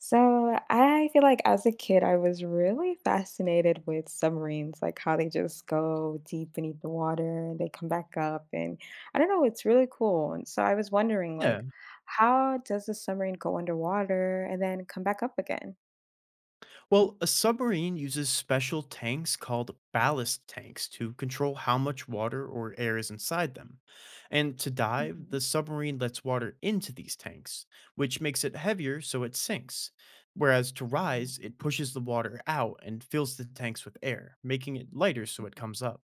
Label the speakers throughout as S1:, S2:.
S1: So I feel like as a kid, I was really fascinated with submarines, like how they just go deep beneath the water and they come back up. And I don't know, it's really cool. And so I was wondering,
S2: Yeah.
S1: like, how does the submarine go underwater and then come back up again?
S2: Well, a submarine uses special tanks called ballast tanks to control how much water or air is inside them. And to dive,
S1: Hmm.
S2: the submarine lets water into these tanks, which makes it heavier so it sinks. Whereas to rise,
S1: Uh,
S2: it pushes the water out and fills the tanks with air, making it lighter so it
S1: mhm.
S2: comes up.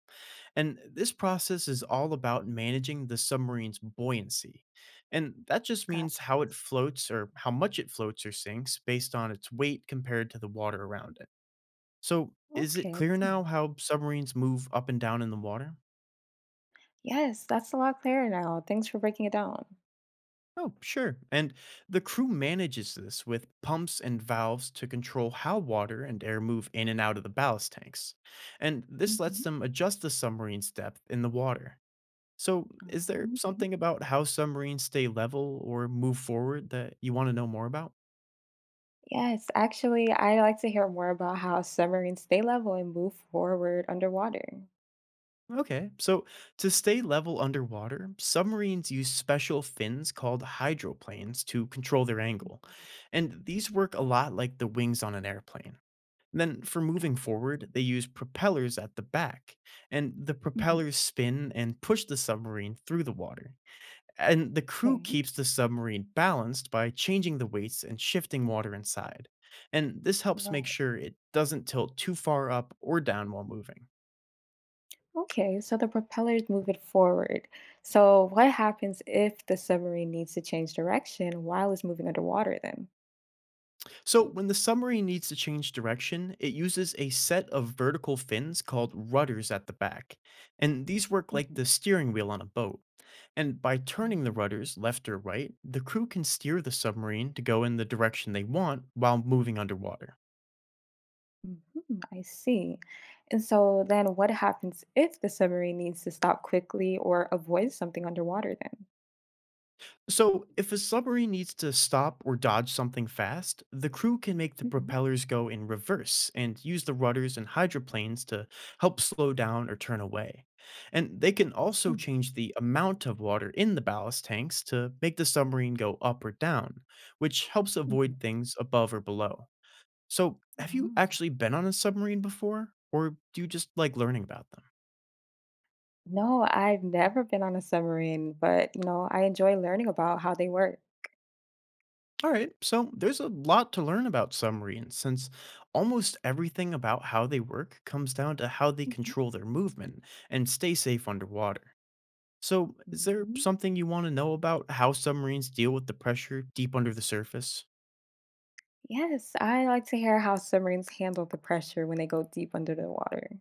S2: And this process is all about managing the submarine's buoyancy. And that just
S1: Got
S2: means how it floats or how much it floats or sinks based on its weight compared to the water around it. So, is it
S1: Okay, I
S2: clear
S1: see.
S2: now how submarines move up and down in the water?
S1: Yes, that's a lot clearer now. Thanks for breaking it down.
S2: Oh, sure. And the crew manages this with pumps and valves to control how water and air move in and out of the ballast tanks. And this lets
S1: Mhm.
S2: them adjust the submarine's depth in the water. So, is there
S1: Uh, okay.
S2: something about how submarines stay level or move forward that you want to know more about?
S1: Yes, actually, I like to hear more about how submarines stay level and move forward underwater.
S2: Okay, so to stay level underwater, submarines use special fins called hydroplanes to control their angle.
S1: Mhm.
S2: And these work a lot like the wings on an airplane. Then, for
S1: Got
S2: moving
S1: it.
S2: forward, they use propellers at the back, and the
S1: Mhm.
S2: propellers spin and push the submarine through the water. And the crew
S1: Okay.
S2: keeps the submarine balanced by changing the weights and shifting water inside. And this helps make
S1: Right.
S2: sure it doesn't tilt too far up or down while moving.
S1: Okay. So the propellers move it forward. So what happens if the submarine needs to change direction while it's moving underwater then?
S2: So, when the submarine needs to change direction, it uses a set of vertical fins called rudders at the back. And these work like
S1: Mhm.
S2: the steering wheel on a boat. And by turning the
S1: Oh.
S2: rudders left or right, the crew can steer the submarine to go in the direction they want while moving underwater.
S1: Mhm, I see. And so then what happens if the submarine needs to stop quickly or avoid something underwater then?
S2: So, if a submarine needs to stop or dodge something fast, the crew can make the
S1: Mhm.
S2: propellers go in reverse and use the rudders and
S1: Oh,
S2: hydroplanes to help slow down or turn away. And they can
S1: I
S2: also
S1: see.
S2: change the amount of water in the ballast tanks to make the submarine go up or down, which helps
S1: Mhm.
S2: avoid things above or below. So, have you
S1: Oh,
S2: actually been on a submarine before, or do you just like learning about them?
S1: no, I've never been on a submarine, but I enjoy learning about how they work.
S2: All right, so there's a lot to learn about submarines since almost everything about how they work comes down to how they
S1: Mhm.
S2: control their movement and stay safe underwater. So, is there
S1: Mm.
S2: something you want to know about how submarines deal with the pressure deep under the surface?
S1: Yes, I like to hear how submarines handle the pressure when they go deep under the water.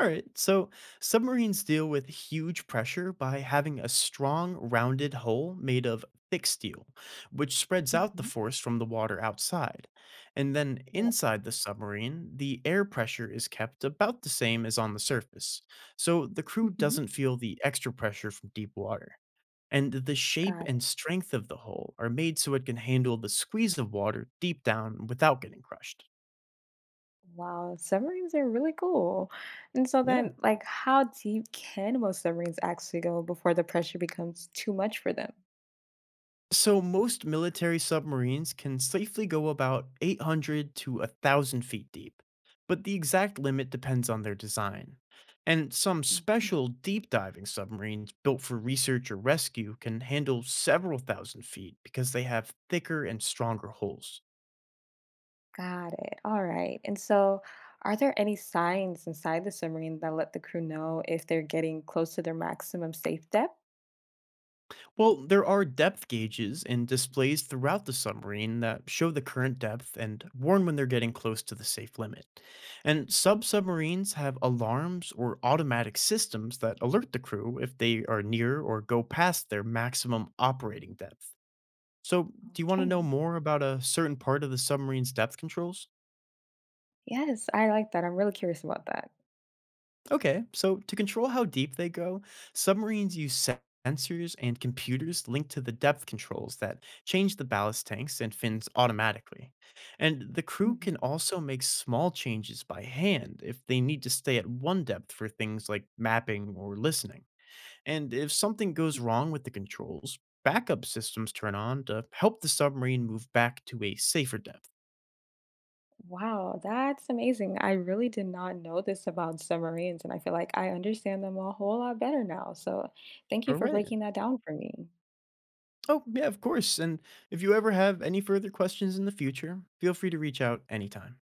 S2: All right, so submarines deal with huge pressure by having a strong, rounded hull made of thick steel, which spreads out the
S1: Hmm.
S2: force from the water outside. And then
S1: Right.
S2: inside the submarine, the air pressure is kept about the same as on the surface, so the crew
S1: Hmm.
S2: doesn't feel the extra pressure from deep water. And the shape
S1: Got it.
S2: and strength of the hull are made so it can handle the squeeze of water deep down without getting crushed.
S1: Wow, submarines are really cool. And so
S2: Yeah,
S1: then, like, how deep can most submarines actually go before the pressure becomes too much for them?
S2: so most military submarines can safely go about 800 to 1,000 feet deep, but the exact limit depends on their design. And some
S1: Hmm.
S2: special deep diving submarines built for research or rescue can handle several thousand feet because they have thicker and stronger hulls.
S1: Got it. All right. And so, are there any signs inside the submarine that let the crew know if they're getting close to their maximum safe depth?
S2: Well, there are depth gauges and displays throughout the submarine that show the current depth and warn when they're getting close to the safe limit. And submarines have alarms or automatic systems that alert the crew if they are near or go past their maximum operating depth. So, do you want to
S1: Okay.
S2: know more about a certain part of the submarine's depth controls?
S1: Yes, I like that. I'm really curious about that.
S2: Okay, so to control how deep they go, submarines use sensors and computers linked to the depth controls that change the ballast tanks and fins automatically. And the crew can also make small changes by hand if they need to stay at one depth for things like mapping or listening. And if something goes wrong with the controls, backup systems turn on to help the submarine move back to a safer depth.
S1: Wow, that's amazing. I really did not know this about submarines, and I feel like I understand them a whole lot better now. So thank you
S2: All
S1: for
S2: right.
S1: breaking that down for me.
S2: Oh, yeah, of course. And if you ever have any further questions in the future, feel free to reach out anytime.